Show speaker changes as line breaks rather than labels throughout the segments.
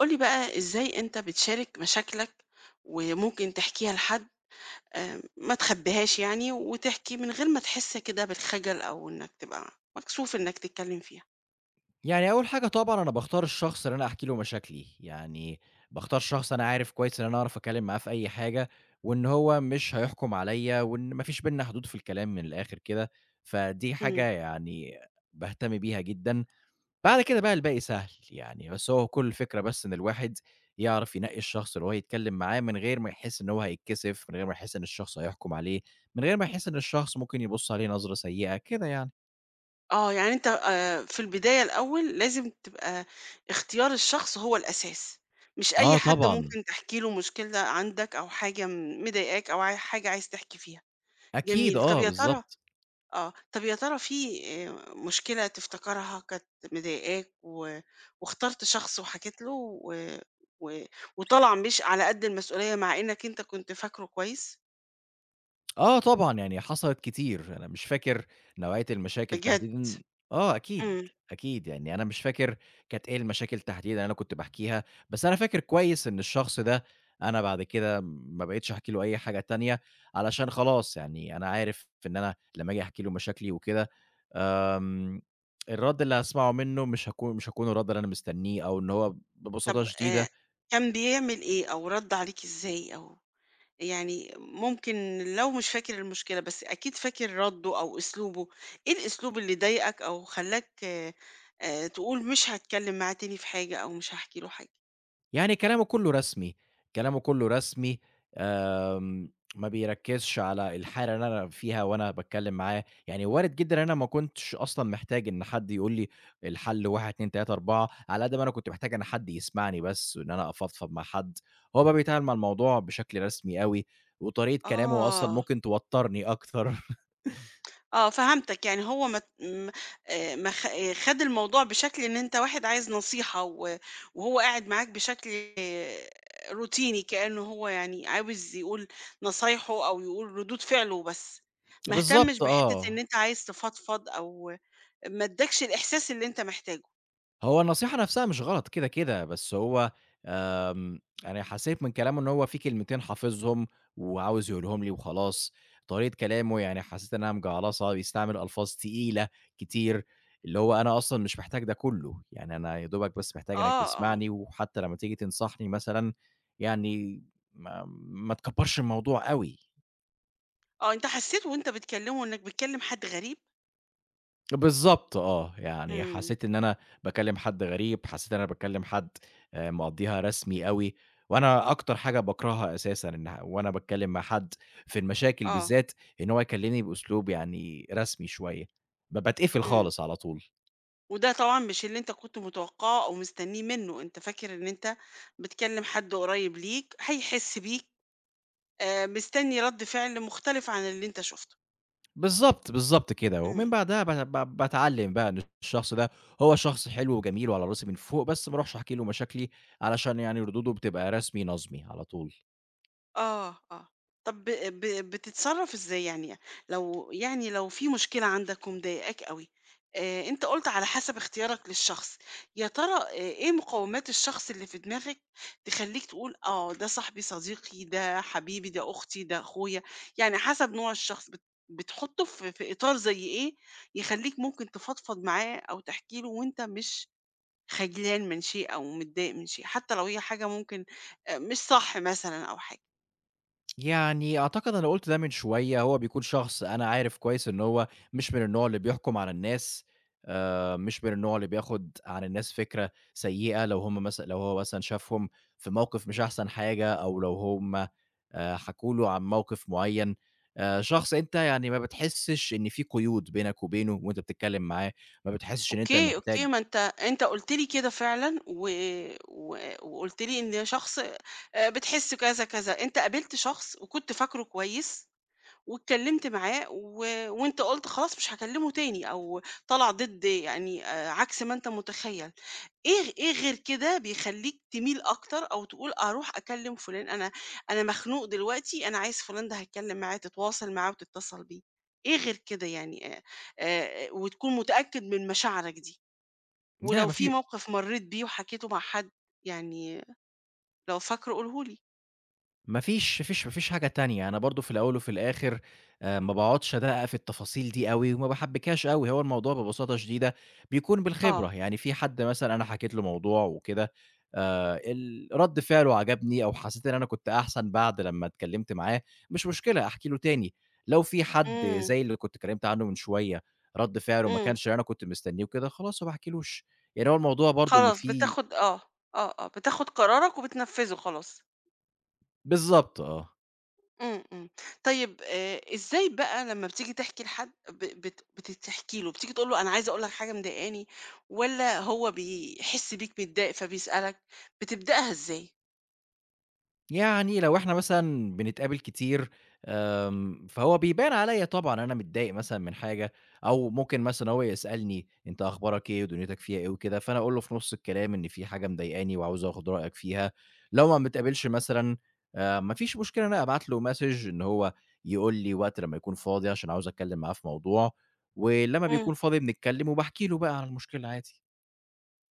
قُل لي بقى إزاي أنت بتشارك مشاكلك، وممكن تحكيها لحد، ما تخبيهاش يعني، وتحكي من غير ما تحس كده بالخجل أو إنك تبقى مكسوف إنك تتكلم فيها؟
يعني أول حاجة طبعًا أنا باختار الشخص اللي أنا أحكي له مشاكلي، يعني باختار شخص أنا عارف كويس إن أنا أعرف أتكلم معاه في أي حاجة، وإن هو مش هيحكم عليَّ، وإن ما فيش بيننا حدود في الكلام من الآخر كده، فدي حاجة
إمم.
يعني باهتم بيها جدًا. بعد كده بقى الباقي سهل، يعني بس هو كل الفكرة بس إن الواحد يعرف ينقي الشخص اللي هو يتكلم معاه من غير ما يحس إن هو هيتكسف، من غير ما يحس إن الشخص هيحكم عليه، من غير ما يحس إن الشخص ممكن يبُص عليه نظرة سيئة، كده يعني.
آه، يعني أنت في البداية الأول لازم تبقى اختيار الشخص هو الأساس، مش أي
آه
حد
طبعًا،
ممكن تحكي له مشكلة عندك أو حاجة مضايقاك أو حاجة عايز تحكي فيها.
أكيد
جميل،
آه، بالضبط.
طب يا ترى في مشكلة تفتكرها كانت مضايقاك واخترت شخص وحكيت له و و وطلع مش على قد المسؤولية مع إنك أنت كنت فاكره كويس؟
آه طبعًا، يعني حصلت كتير، أنا مش فاكر نوعية المشاكل
بجد؟
تحديدًا. آه أكيد،
إمم،
أكيد، يعني أنا مش فاكر كانت إيه المشاكل تحديدًا اللي أنا كنت باحكيها، بس أنا فاكر كويس إن الشخص ده أنا بعد كده ما بقيتش أحكي له أي حاجة تانية، علشان خلاص يعني أنا عارف إن أنا لمّا آجي أحكي له مشاكلي وكده، آمم، الرد اللي هاسمعه منه مش هيكون الرد اللي أنا مستنيه، أو إن هو ببساطة
طب
شديدة
كان بيعمل إيه أو رَد عليك إزاي أو يعني ممكن لو مش فاكر المشكلة بس أكيد فاكر رَدُّه أو أسلوبه، إيه الأسلوب اللي ضايقك أو خلّاك تقول مش هاتكلم معاه تاني في حاجة أو مش هاحكي له حاجة؟
يعني كلامه كلّه رسمي، كلامه كلّه رسمي، ما بيركّزش على الحالة اللي أنا فيها وأنا باتكلّم معاه، يعني وارد جدًا أنا ما كنتش أصلًا محتاج إن حد يقول لي الحل 1، 2، 3، 4 على قد ما أنا كنت محتاج إن حد يسمعني بس وإن أنا أفضفض مع حد. هو بقى بيتعامل مع الموضوع بشكل رسمي أوي، وطريقة كلامه أصلًا
آه.
ممكن توتّرني أكتر.
آه، فهمتك، يعني هو ما ت م ما خ آه، خَد الموضوع بشكل إن أنت واحد عايز نصيحة وهو قاعد معاك بشكل آه، روتيني، كأنه هو يعني عاوز يقول نصايحه أو يقول ردود فعله وبس، ما اهتمش
بالضبط
بحتّة إن
آه.
أنت عايز تفضفض أو ما ادّاكش الإحساس اللي أنت محتاجه.
هو النصيحة نفسها مش غلط كده، بس هو آمم، أنا حسيت من كلامه إن هو في كلمتين حافظهم وعاوز يقولهم لي وخلاص، طريقة كلامه يعني حسيت إنها مجعلصة، بيستعمل ألفاظ تقيلة كتير، اللي هو أنا أصلًا مش محتاج ده كله، يعني أنا يا دوبك بس محتاج إنك
آه، آه،
تسمعني، وحتى لمّا تيجي تنصحني مثلًا يعني ما تكبرش الموضوع أوي.
آه، أنت حسّيت وأنت بتكلّمه إنّك بتكلّم حد غريب؟
بالضبط آه، يعني
إمم،
حسيت إن أنا باكلّم حد غريب، حسيت إن أنا باكلّم حد مقضّيها رسمي أوي، وأنا أكتر حاجة باكرهها أساسًا إن وأنا باتكلّم مع حد في المشاكل
آه،
بالذات، إن هو يكلّمني بأسلوب يعني رسمي شوية، باتقفل
إمم.
خالص على طول.
وده طبعًا مش اللي أنت كنت متوقعه أو مستنيه منه، أنت فاكر إن أنت بتكلم حد قريب ليك هيحس بيك، مستني رد فعل مختلف عن اللي أنت شُفته.
بالضبط، بالضبط كده، ومن
إمم.
بعدها ب ب باتعلّم بقى إن الشخص ده هو شخص حلو وجميل وعلى راسي من فوق، بس ما أروحش أحكي له مشاكلي، علشان يعني ردوده بتبقى رسمي نَظمي على طول.
آه، آه. طب ب ب بتتصرّف إزاي يعني؟ لو يعني لو في مشكلة عندك ومضايقاك أوي، أنت قُلت على حسب اختيارك للشخص، يا ترى إيه مقوّمات الشخص اللي في دماغك تخلّيك تقول آه، ده صاحبي، صديقي، ده حبيبي، ده أختي، ده أخويا، يعني حسب نوع الشخص بتحُطّه في إطار زي إيه يخلّيك ممكن تفضفض معاه أو تحكي له وأنت مش خجلان من شيء أو متضايق من شيء، حتى لو هي حاجة ممكن مش صح مثلًا أو حاجة؟
يعني أعتقد أنا قُلت ده من شوية، هو بيكون شخص أنا عارف كويس إن هو مش من النوع اللي بيحكُم على الناس، مش من النوع اللي بياخُد عن الناس فكرة سيئة لو هم مثلًا لو هو مثلًا شافهم في موقِف مش أحسن حاجة أو لو هم حكوا له عن موقِف معيّن، شخص أنت يعني ما بتحسّش إن في قيود بينك وبينه وأنت بتتكلّم معاه، ما بتحسّش إن أنت
أوكي، أوكي،
محتاج.
ما أنت قُلت لي كده فعلًا و و وقُلت لي إن شخص بتحس كذا، كذا، أنت قابلت شخص وكنت فاكره كويس واتكلمت معاه وانت قلت خلاص مش هكلمه تاني او طلع ضد يعني آه، عكس ما انت متخيل ايه غير كده بيخليك تميل اكتر او تقول اروح اكلم فلان انا مخنوق دلوقتي انا عايز فلان ده هتكلم معاه تتواصل معاه وتتصل بيه ايه غير كده يعني آه، آه، وتكون متأكد من مشاعرك دي
لأ،
ولو
ما
في
فيش
موقف مريت بيه وحكيته مع حد يعني لو فاكره قولهولي.
ما فيش ما فيش ما فيش حاجة تانية، أنا برضه في الأول وفي الآخر ما باقعدش أدقّق في التفاصيل دي أوي وما باحبّكهاش أوي، هو الموضوع ببساطة شديدة بيكون
اه.
بالخبرة، يعني في حد مثلًا أنا حكيت له موضوع وكده ال رَد فعله عجبني أو حسّيت إن أنا كنت أحسن بعد لمّا اتكلّمت معاه، مش مشكلة أحكي له تاني، لو في حد
امم.
زي اللي كنت اتكلّمت عنه من شوية رَد فعله ما
إمم.
كانش اللي أنا كنت مستنّيه وكده، خلاص ما باحكيلوش، يعني هو الموضوع برضه إن
خلاص
في.
آه، آه، آه، بتاخد قرارك وبتنفّذه خلاص.
بالضبط آه،
إمم، إمم. طيب إزاي بقى لمّا بتيجي تحكي لحد ب بت بتحكي له، بتيجي تقول له أنا عايزة أقول لك حاجة مضايقاني والّا هو بيحس بيك متضايق فبيسألك، بتبدأها إزاي؟
يعني لو إحنا مثلًا بنتقابل كتير فهو بيبان عليّا طبعًا أنا متضايق مثلًا من حاجة، أو ممكن مثلًا هو يسألني أنت أخبارك إيه ودنيتك فيها إيه وكده، فأنا أقول له في نُص الكلام إن في حاجة مضايقاني وعاوز آخد رأيك فيها، لو ما بنتقابلش مثلًا ما فيش مشكلة إن أنا أبعت له message إن هو يقول لي وقت لمّا يكون فاضي عشان عاوز أتكلم معاه في موضوع، ولمّا
إمم،
بيكون فاضي بنتكلم وباحكي له بقى عن المشكلة عادي.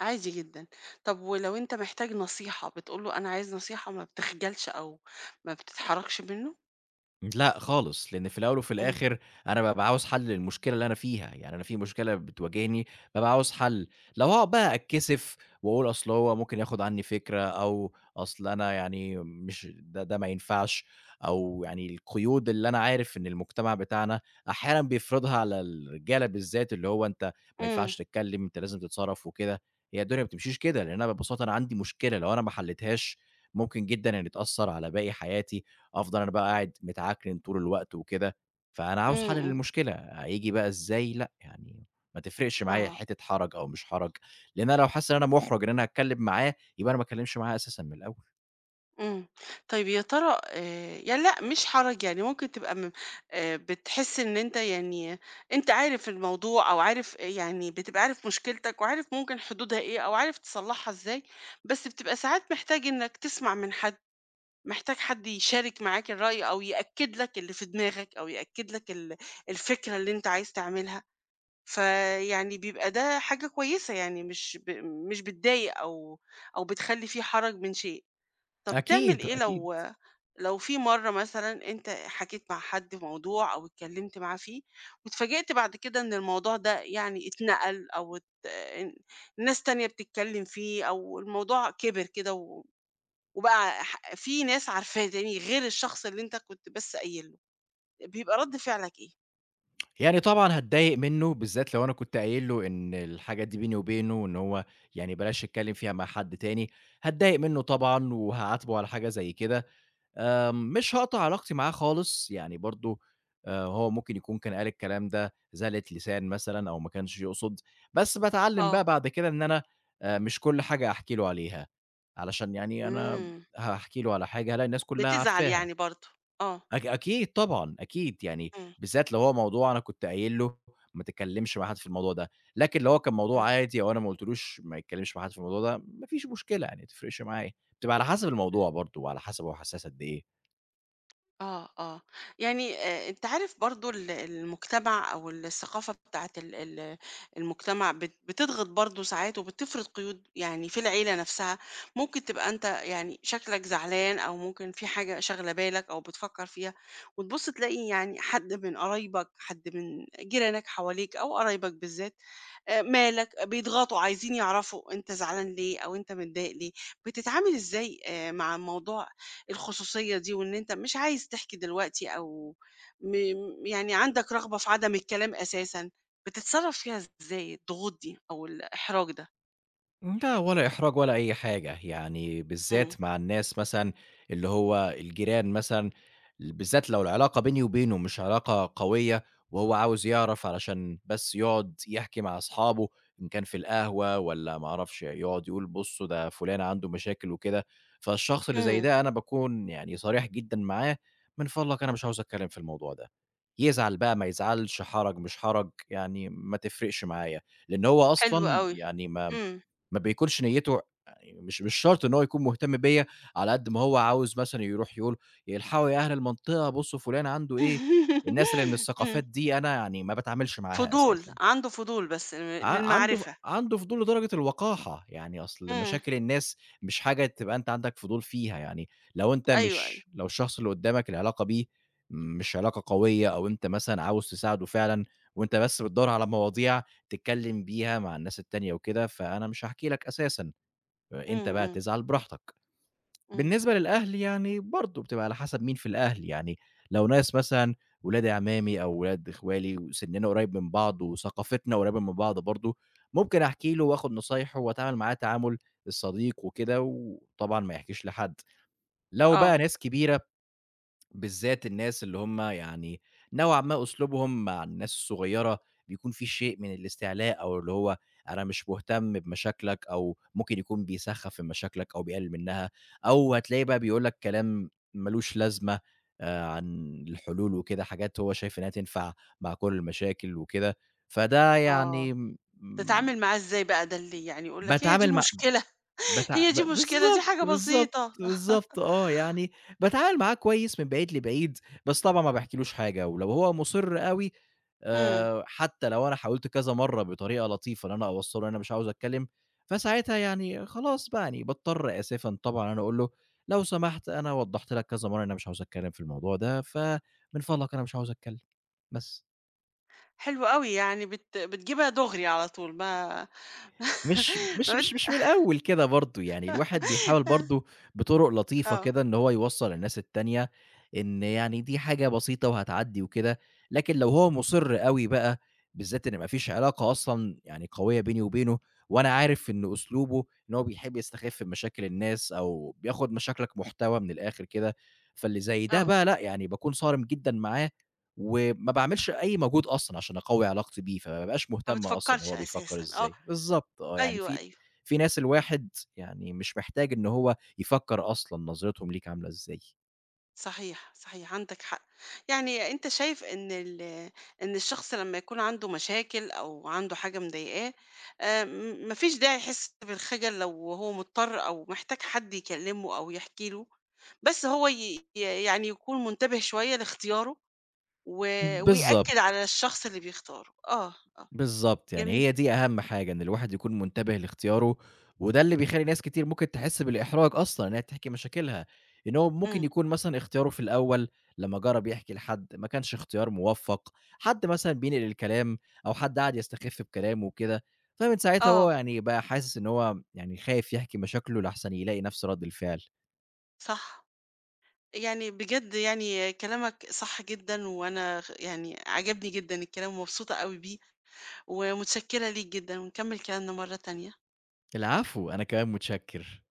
عادي جدًا. طب ولو أنت محتاج نصيحة، بتقول له أنا عايز نصيحة ما بتخجلش أو ما بتتحرجش منه؟
لأ خالص، لإن في الأول وفي
إمم،
الآخر أنا بابقى عاوز حل للمشكلة اللي أنا فيها، يعني أنا في مشكلة بتواجهني بابقى عاوز حل، لو هاقعد بقى أتكسف وأقول أصل هو ممكن ياخد عني فكرة أو أصل أنا يعني مش ده ما ينفعش أو يعني القيود اللي أنا عارف إن المجتمع بتاعنا أحيانًا بيفرضها على الرجالة بالذات، اللي هو أنت ما
إمم،
ينفعش تتكلم، أنت لازم تتصرف وكده، هي الدنيا ما بتمشيش كده، لإن أنا ببساطة أنا عندي مشكلة لو أنا ما حليتهاش ممكن جدًا إن تأثّر على باقي حياتي أفضل أنا بقى قاعد متعكنن طول الوقت وكده، فأنا
إمم،
عاوز حل
إمم،
للمشكلة، هييجي بقى إزاي لأ، يعني ما تفرقش معايا
آه.
حتّة حرج أو مش حرج، لإن أنا لو حاسس إن أنا مُحرَج إن أنا هاتكلّم معاه، يبقى أنا ما اتكلّمش معاه أساسًا من الأول.
إمم. طيب يا ترى يعني لأ مش حرج، يعني ممكن تبقى م بتحس إن أنت يعني أنت عارف الموضوع أو عارف يعني بتبقى عارف مشكلتك وعارف ممكن حدودها إيه أو عارف تصلّحها إزاي، بس بتبقى ساعات محتاج إنّك تسمع من حد، محتاج حد يشارك معاك الرأي أو يأكّد لك اللي في دماغك أو يأكّد لك الفكرة اللي أنت عايز تعملها. فيعني بيبقى ده حاجة كويسة، يعني مش بتضايق أو بتخلّي في حرج من شيء. طب تعمل
أكيد،
إيه
أكيد.
لو في مرّة مثلًا أنت حكيت مع حد في موضوع أو اتكلّمت معاه فيه، واتفاجئت بعد كده إن الموضوع ده يعني اتنقل أو إن ناس تانية بتتكلّم فيه أو الموضوع كِبِر كده وبقى في ناس عارفاه تاني غير الشخص اللي أنت كنت بس قايل له، بيبقى رَد فعلك إيه؟
يعني طبعًا هاتضايق منّه، بالذات لو أنا كنت قايل له إن الحاجات دي بيني وبينه وإن هو يعني بلاش يتكلّم فيها مع حد تاني، هاتضايق منّه طبعًا وهاعاتبه على حاجة زي كده. مش هاقطع علاقتي معاه خالص، يعني برضه هو ممكن يكون كان قال الكلام ده زلة لسان مثلًا أو ما كانش يقصد، بس باتعلم بقى
آه.
بعد كده إن أنا مش كل حاجة هاحكي له عليها، علشان يعني أنا
إمم،
هاحكي له على حاجة هالاقي الناس كلها
بتزعل
عارفاها،
يعني برضه، آه،
أكيد طبعًا، أكيد يعني
إمم،
بالذات لو هو موضوع أنا كنت قايل له ما تتكلمش مع حد في الموضوع ده، لكن لو هو كان
إمم.
موضوع عادي أو أنا ما قلتلوش ما يتكلمش مع حد في الموضوع ده، ما فيش مشكلة يعني ما تفرقش معايا، بتبقى على حسب الموضوع برضه وعلى حسب هو حساس قد إيه.
آه، آه، يعني أنت عارف برضه المجتمع أو الثقافة بتاعة ال ال المجتمع بتضغط برضه ساعات وبتفرض قيود يعني في العيلة نفسها، ممكن تبقى أنت يعني شكلك زعلان أو ممكن في حاجة شاغلة بالك أو بتفكّر فيها، وتبُص تلاقي يعني حد من قرايبك، حد من جيرانك حواليك أو قرايبك بالذات مالك، بيضغطوا عايزين يعرفوا أنت زعلان ليه أو أنت متضايق ليه، بتتعامل إزاي مع الموضوع الخصوصية دي وإن أنت مش عايز تحكي دلوقتي أو م يعني عندك رغبة في عدم الكلام أساسًا، بتتصرّف فيها إزاي الضغوط دي أو الإحراج ده؟
لأ، ولا إحراج ولا أي حاجة، يعني
إمم،
بالذات مع الناس مثلًا اللي هو الجيران مثلًا، بالذات لو العلاقة بيني وبينه مش علاقة قوية، وهو عاوز يعرف علشان بس يقعد يحكي مع أصحابه، إن كان في القهوة والّا ما أعرفش يقعد يقول بُصّوا ده فلان عنده مشاكل وكده، فالشخص اللي زي
إمم،
ده أنا باكون يعني صريح جدًا معاه، من فضلك أنا مش عاوز أتكلم في الموضوع ده، يزعل بقى ما يزعلش، حرج مش حرج، يعني ما تفرقش معايا، لأن هو
حلو
أصلًا
أوي،
يعني ما
إمم،
ما بيكونش نيّته يعني مش مش شرط إن هو يكون مهتم بيّا، على قد ما هو عاوز مثلًا يروح يقول يلحقوا يا أهل المنطقة بُصّوا فلان عنده إيه، الناس اللي من
إمم،
الثقافات دي أنا يعني ما باتعاملش معاها
فضول،
أساسًا،
عنده فضول بس
ع عنده ف
للمعرفة،
عنده فضول لدرجة الوقاحة، يعني أصل
إمم،
مشاكل الناس مش حاجة تبقى أنت عندك فضول فيها، يعني لو أنت
أيوه، أيوه،
مش لو الشخص اللي قدّامك العلاقة بيه مش علاقة قوية أو أنت مثلًا عاوز تساعده فعلًا وأنت بس بتدوّر على مواضيع تتكلّم بيها مع الناس التانية وكده، فأنا مش هاحكي لك أساسًا.
إمم،
أنت بقى
إمم،
تزعل براحتك.
إمم،
بالنسبة للأهل يعني برضه بتبقى على حسب مين في الأهل، يعني لو ناس مثلًا ولاد عمامي أو ولاد إخوالي وسننا قريب من بعض وثقافتنا قريبة من بعض برضه، ممكن أحكي له وآخد نصايحه وأتعامل معاه تعامل الصديق وكده، وطبعًا ما يحكيش لحد. لو
آه،
بقى ناس كبيرة بالذات الناس اللي هم يعني نوعًا ما أسلوبهم مع الناس الصغيرة بيكون في شيء من الاستعلاء، أو اللي هو أنا مش مهتم بمشاكلك، أو ممكن يكون بيسخّف من مشاكلك أو بيقلل منها، أو هتلاقيه بقى بيقول لك كلام مالوش لازمة عن الحلول وكده، حاجات هو شايف إنها تنفع مع كل المشاكل وكده، فده
آه،
يعني م
تتعامل معاه إزاي بقى ده اللي يعني يقول لك هي دي
باتعامل مع
مشكلة،
بتع
هي
ب
دي مشكلة دي
بالضبط،
حاجة
بالضبط،
بسيطة،
بالضبط آه، يعني باتعامل معاه كويس من بعيد لبعيد، بس طبعًا ما باحكيلوش حاجة، ولو هو مُصِر أوي
إمم.
حتى لو أنا حاولت كذا مرّة بطريقة لطيفة إن أنا أوصّله إن أنا مش عاوز أتكلّم، فساعتها يعني خلاص بقى يعني باضطر آسفًا طبعًا إن أنا أقول له: "لو سمحت أنا وضّحت لك كذا مرّة إن أنا مش عاوز أتكلّم في الموضوع ده، فمن فضلك أنا مش عاوز أتكلّم." بس.
حلو أوي، يعني بتجيبها دغري على طول ما
مش مش
ما
مش مش من الأول كده برضه، يعني الواحد بيحاول برضه بطُرق لطيفة
آه،
كده إن هو يوصّل للناس التانية إن يعني دي حاجة بسيطة وهتعدّي وكده، لكن لو هو مُصِر أوي بقى، بالذات إن ما فيش علاقة أصلًا يعني قوية بيني وبينه، وأنا عارف إن أسلوبه إن هو بيحب يستخِف بمشاكل الناس أو بياخُد مشاكلك محتوى من الآخِر كده، فاللي زي ده
آه،
بقى لأ، يعني باكون صارم جدًا معاه وما باعملش أي مجهود أصلًا عشان أقوّي علاقتي بيه، فما بابقاش
ما
مهتم أصلًا
بتفكّرش
هو بيفكّر
أساسًا، آه،
إزاي. بالضبط آه، يعني
أيوه،
في
أيوه،
في ناس الواحد يعني مش محتاج إن هو يفكّر أصلًا نظرتهم ليك عاملة إزاي.
صحيح، صحيح، عندك حق، يعني أنت شايف إن إن الشخص لمّا يكون عنده مشاكل أو عنده حاجة مضايقاه، آآ، ما فيش داعي يحس بالخجل لو هو مضطر أو محتاج حد يكلّمه أو يحكي له، بس هو ي ي يعني يكون منتبه شوية لاختياره و ويأكد
بالضبط.
على الشخص اللي بيختاره، آه، آه،
بالضبط، يعني
جميل،
هي دي أهم حاجة، إن الواحد يكون منتبه لاختياره، وده اللي بيخلّي ناس كتير ممكن تحس بالإحراج أصلًا إنها تحكي مشاكلها، إن هو ممكن
إمم،
يكون مثلًا اختياره في الأول لمّا جرّب يحكي لحد ما كانش اختيار موفّق، حد مثلًا بينقل الكلام أو حد قعد يستخف بكلامه وكده، فمن ساعتها
آه،
هو يعني بقى حاسس إن هو يعني خايف يحكي مشاكله لأحسن يلاقي نفس رَد الفعل.
صح، يعني بجد يعني كلامك صح جدًا، وأنا يعني عجبني جدًا الكلام ومبسوطة أوي بيه، ومتشكرة ليك جدًا، ونكمل كلامنا مرة تانية.
العفو، أنا كمان متشكّر.